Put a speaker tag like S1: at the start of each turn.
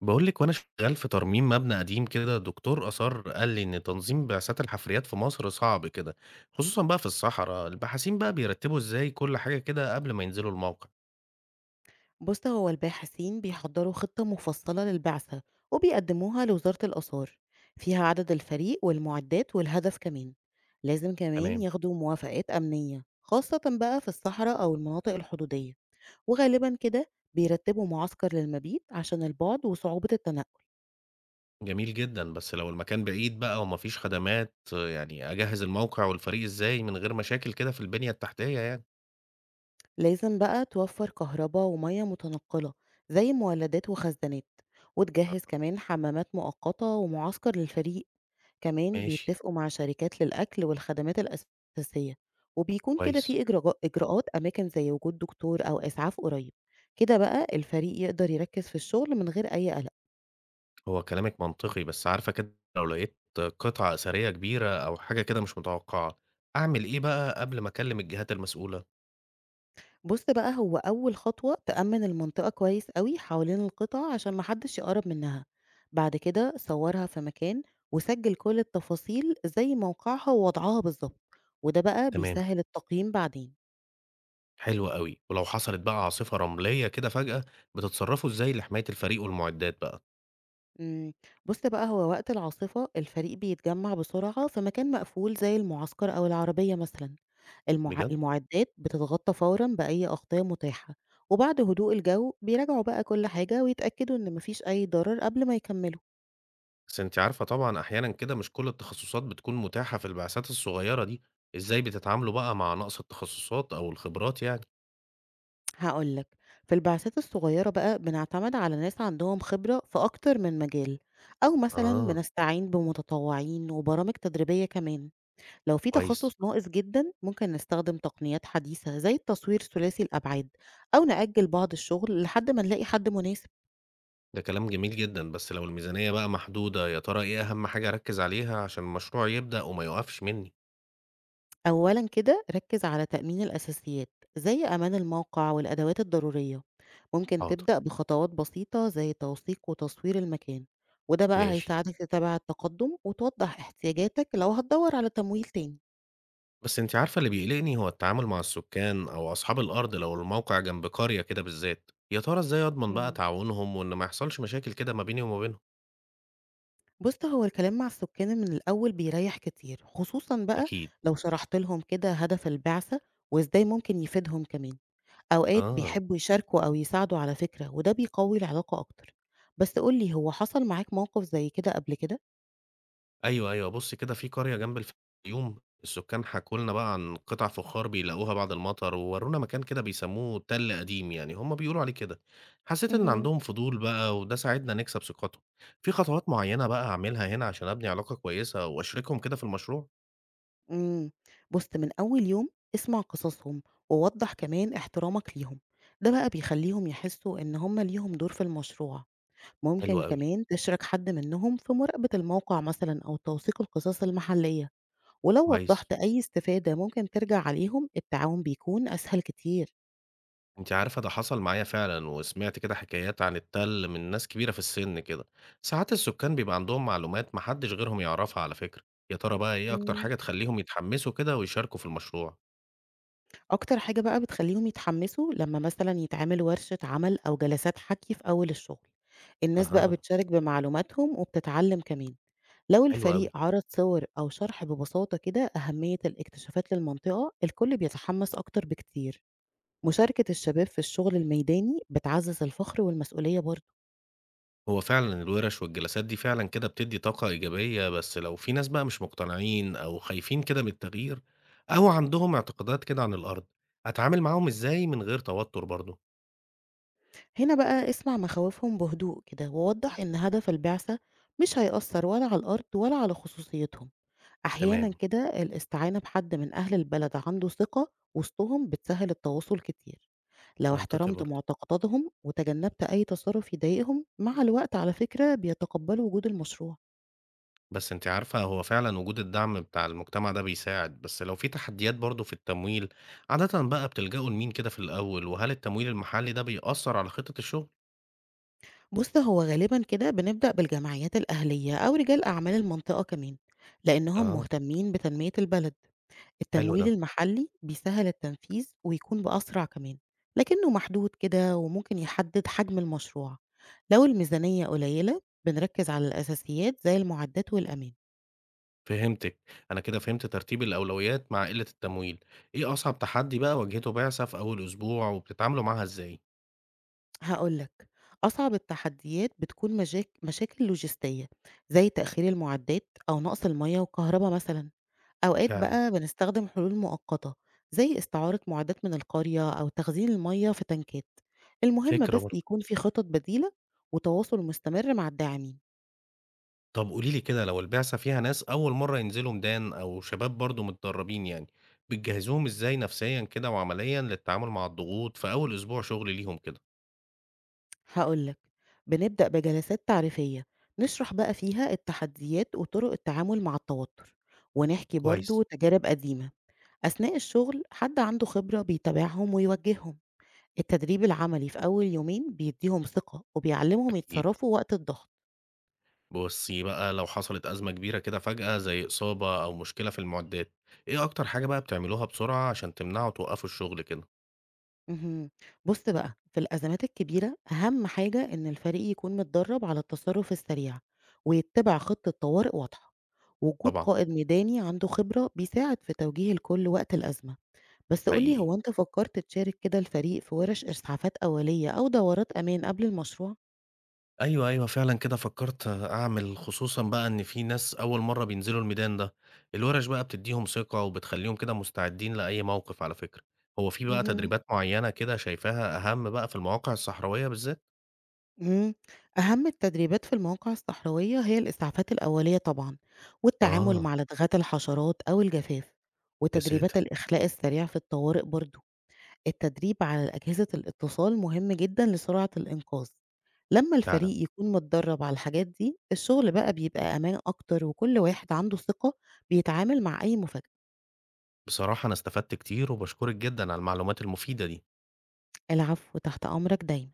S1: باقول لِك وأنا شغّال في ترميم مبنى قديم كده، دكتور آثار قال لي إن تنظيم بعثات الحفريات في مصر صعب كده، خصوصًا بقى في الصحرا، الباحثين بقى بيرتّبوا إزاي كل حاجة كده قبل ما ينزلوا الموقع؟
S2: بص، هو الباحثين بيحضروا خطة مفصلة للبعثة وبيقدموها لوزارة الآثار، فيها عدد الفريق والمعدات والهدف كمان. لازم كمان
S1: تمام،
S2: ياخدوا موافقات أمنية خاصة بقى في الصحراء أو المناطق الحدودية. وغالبا كده بيرتبوا معسكر للمبيت عشان البعد وصعوبة التنقل.
S1: جميل جدًا، بس لو المكان بعيد بقى وما فيش خدمات، آه، يعني أجهّز الموقع والفريق إزاي من غير مشاكل كده في البنية التحتية يعني؟
S2: لازم بقى توفر كهرباء ومية متنقلة زي مولدات وخزانات، وتجهز
S1: آه،
S2: كمان حمامات مؤقتة ومعسكر للفريق. كمان
S1: ماشي،
S2: بيتفقوا مع شركات للأكل والخدمات الأساسية، وبيكون كده
S1: كويس،
S2: في إجراءات أماكن زي وجود دكتور أو إسعاف قريب. كده بقى الفريق يقدر يركز في الشغل من غير أي قلق.
S1: هو كلامِك منطقي، بس عارفة كده لو لقيت قطعة أثرية كبيرة أو حاجة كده مش متوقعة، أعمل إيه بقى قبل ما أكلّم الجهات المسؤولة؟
S2: بص بقى، هو أول خطوة تأمن المنطقة كويس قوي حوالين القطع عشان محدش يقرب منها. بعد كده صورها في مكان، وسجل كل التفاصيل زي موقعها ووضعها بالظبط، وده بقى
S1: تمام.
S2: بيسهل التقييم بعدين.
S1: حلو أوي، ولو حصلت بقى عاصفة رملية كده فجأة، بتتصرّفوا إزاي لحماية الفريق والمعدات بقى؟
S2: إمم، بُص بقى، هو وقت العاصفة الفريق بيتجمّع بسرعة في مكان مقفول زي المعسكر أو العربية مثلًا.
S1: بجد؟
S2: المعدات بتتغطى فورًا بأي أغطية متاحة، وبعد هدوء الجو بيراجعوا بقى كل حاجة ويتأكدوا إن ما فيش أي ضرر قبل ما يكمّلوا.
S1: بس أنتِ عارفة طبعًا أحيانًا كده مش كل التخصصات بتكون متاحة في البعثات الصغيرة دي، إزاي بتتعاملوا بقى مع نقص التخصصات أو الخبرات يعني؟
S2: هاقول لك، في البعثات الصغيرة بقى بنعتمد على ناس عندهم خبرة في أكتر من مجال، أو مثلًا
S1: آه،
S2: بنستعين بمتطوعين وبرامج تدريبية كمان. لو في تخصص
S1: كويس،
S2: ناقص جدًا، ممكن نستخدم تقنيات حديثة زي التصوير ثلاثي الأبعاد، أو نأجل بعض الشغل لحد ما نلاقي حد مناسب.
S1: ده كلام جميل جدًا، بس لو الميزانية بقى محدودة، يا ترى إيه أهم حاجة أركّز عليها عشان المشروع يبدأ وما يُقفش منّي؟
S2: أولًا كده ركز على تأمين الأساسيات زي أمان الموقع والأدوات الضرورية. ممكن
S1: حاضر،
S2: تبدأ بخطوات بسيطة زي توثيق وتصوير المكان، وده بقى
S1: ماشي.
S2: هيساعدك تتابع التقدم وتوضح احتياجاتك لو هتدور على تمويل تاني.
S1: بس أنتِ عارفة اللي بيقلقني هو التعامل مع السكان أو أصحاب الأرض لو الموقع جنب قرية كده بالذات، يا ترى إزاي أضمن بقى
S2: مم.
S1: تعاونهم وإن ما يحصلش مشاكل كده ما بيني وما بينهم؟
S2: بُص، هو الكلام مع السُكّان من الأول بيريّح كتير، خصوصًا بقى
S1: أكيد،
S2: لو شرحت لهم كده هدف البعثة وإزاي ممكن يفيدهم كمان. أوقات
S1: آه،
S2: بيحبّوا يشاركوا أو يساعدوا على فكرة، وده بيقوي العلاقة أكتر. بس قُل لي، هو حصل معاك موقف زي كده قبل كده؟
S1: أيوه، أيوه، بُصّي كده في قرية جنب الفيوم السكان حكوا لنا بقى عن قطع فخار بيلاقوها بعد المطر، وورونا مكان كده بيسموه تل قديم يعني، هم بيقولوا عليه كده، حسيت إن
S2: اهم.
S1: عندهم فضول بقى وده ساعدنا نكسب ثقتهم، في خطوات معينة بقى أعملها هنا عشان أبني علاقة كويسة وأشركهم كده في المشروع؟
S2: إمم. بُص، من أول يوم اسمع قصصهم ووضّح كمان احترامك ليهم. ده بقى بيخلّيهم يحسّوا إن هم ليهم دور في المشروع.
S1: حلو
S2: ممكن
S1: أوي،
S2: كمان تشارك حد منهم في مراقبة الموقع مثلًا أو توثيق القصص المحلية. ولو
S1: كويس.
S2: وضّحت أي استفادة ممكن ترجع عليهم، التعاون بيكون أسهل كتير.
S1: أنتِ عارفة ده حصل معايا فعلًا، وسمعت كده حكايات عن التَل من ناس كبيرة في السن كده. ساعات السكان بيبقى عندهم معلومات ما حدش غيرهم يعرفها على فكرة. يا ترى بقى إيه أكتر
S2: إمم.
S1: حاجة تخلّيهم يتحمسوا كده ويشاركوا في المشروع؟
S2: أكتر حاجة بقى بتخلّيهم يتحمّسوا لمّا مثلًا يتعمل ورشة عمل أو جلسات حَكي في أول الشغل. الناس بقى
S1: أها،
S2: بتشارك بمعلوماتهم وبتتعلّم كمان. لو
S1: حلو
S2: الفريق
S1: أوي.
S2: عرض صور أو شرح ببساطة كده أهمية الاكتشافات للمنطقة، الكل بيتحمّس أكتر بكتير. مشاركة الشباب في الشغل الميداني بتعزّز الفخر والمسؤولية برضه.
S1: هو فعلًا الوِرش والجلسات دي فعلًا كده بتدّي طاقة إيجابية، بس لو في ناس بقى مش مقتنعين أو خايفين كده من التغيير أو عندهم اعتقادات كده عن الأرض، أتعامل معاهم إزاي من غير توتر برضه؟
S2: هنا بقى اسمع مخاوفهم بهدوء كده، ووضح إن هدف البعثة مش هيأثر ولا على الأرض ولا على خصوصيتهم. أحيانا
S1: تمام،
S2: كده الاستعانة بحد من أهل البلد عنده ثقة وسطهم بتسهل التواصل كتير. لو
S1: منطقي
S2: احترمت
S1: برضه.
S2: معتقداتهم وتجنبت أي تصرف يضايقهم، مع الوقت على فكرة بيتقبلوا وجود المشروع.
S1: بس أنتِ عارفة هو فعلًا وجود الدعم بتاع المجتمع ده بيساعد، بس لو في تحديات برضه في التمويل، عادةً بقى بتلجأوا لمين كده في الأول، وهل التمويل المحلي ده بيأثّر على خطة الشغل؟
S2: بص، هو غالبا كده بنبدأ بالجمعيات الأهلية أو رجال أعمال المنطقة كمان، لأنهم
S1: آه،
S2: مهتمين بتنمية البلد.
S1: حلو
S2: التمويل
S1: ده،
S2: المحلي بيسهّل التنفيذ ويكون بأسرع كمان، لكنه محدود كده وممكن يحدد حجم المشروع. لو الميزانية قليلة بنركز على الأساسيات زي المعدات والأمان.
S1: فهمتِك، أنا كده فهمت ترتيب الأولويات مع قلة التمويل، إيه أصعب تحدي بقى واجهته بعثة في أول أسبوع وبتتعاملوا معاها إزاي؟
S2: هاقول لك، أصعب التحديات بتكون مشاكل لوجستية زي تأخير المعدات أو نقص المَيّة والكهربا مثلًا. أوقات
S1: فعلًا،
S2: بقى بنستخدم حلول مؤقتة زي استعارة معدات من القرية أو تخزين المَيّة في تنكات. المهم
S1: فكرة
S2: بس
S1: برضه.
S2: يكون في خطط بديلة وتواصل مستمر مع الداعمين.
S1: طب قولي لي كده لو البعثة فيها ناس أول مرة ينزلوا ميدان أو شباب برضو متدربين يعني بتجهزوهم إزاي نفسيا كده وعمليا للتعامل مع الضغوط في أول أسبوع شغل ليهم كده؟
S2: هقول لك، بنبدأ بجلسات تعريفية نشرح بقى فيها التحديات وطرق التعامل مع التوتر، ونحكي برضو
S1: كويس.
S2: تجارب قديمة. أثناء الشغل حد عنده خبرة بيتابعهم ويوجههم. التدريب العملي في أول يومين بيديهم ثقة وبيعلمهم
S1: أكيد.
S2: يتصرفوا وقت الضغط.
S1: بصي بقى لو حصلت أزمة كبيرة كده فجأة زي إصابة أو مشكلة في المعدات، إيه أكتر حاجة بقى بتعملوها بسرعة عشان تمنعوا توقفوا الشغل كده؟
S2: مهم. بص بقى، في الأزمات الكبيرة أهم حاجة إن الفريق يكون متدرب على التصرف السريع ويتبع خطة طوارئ واضحة. وجود
S1: طبعا.
S2: قائد ميداني عنده خبرة بيساعد في توجيه الكل وقت الأزمة. بس قُل لي،
S1: حقيقي.
S2: هو أنت فكّرت تشارك كده الفريق في ورش إسعافات أولية أو دورات أمان قبل المشروع؟
S1: أيوه، أيوه، فعلًا كده فكّرت أعمل خصوصًا بقى إن في ناس أول مرّة بينزلوا الميدان ده، الوَرَش بقى بتدّيهم ثقة وبتخلّيهم كده مستعدين لأي موقف على فكرة، هو في بقى
S2: اهم.
S1: تدريبات معيّنة كده شايفاها أهَم بقى في المواقع الصحراوية بالذات؟
S2: إمم. أهم التدريبات في المواقع الصحراوية هي الإسعافات الأولية طبعًا، والتعامل
S1: آه،
S2: مع لدغات الحشرات أو الجفاف،
S1: يا
S2: وتدريبات
S1: ساتر!
S2: الإخلاء السريع في الطوارئ برضه. التدريب على أجهزة الاتصال مهم جدًا لسرعة الإنقاذ. لمّا
S1: فعلًا،
S2: الفريق يكون متدرب على الحاجات دي، الشغل بقى بيبقى أمان أكتر وكل واحد عنده ثقة بيتعامل مع أي مفاجأة.
S1: بصراحة أنا استفدت كتير وباشكرِك جدًا على المعلومات المفيدة دي.
S2: العفو، تحت أمرك دايمًا.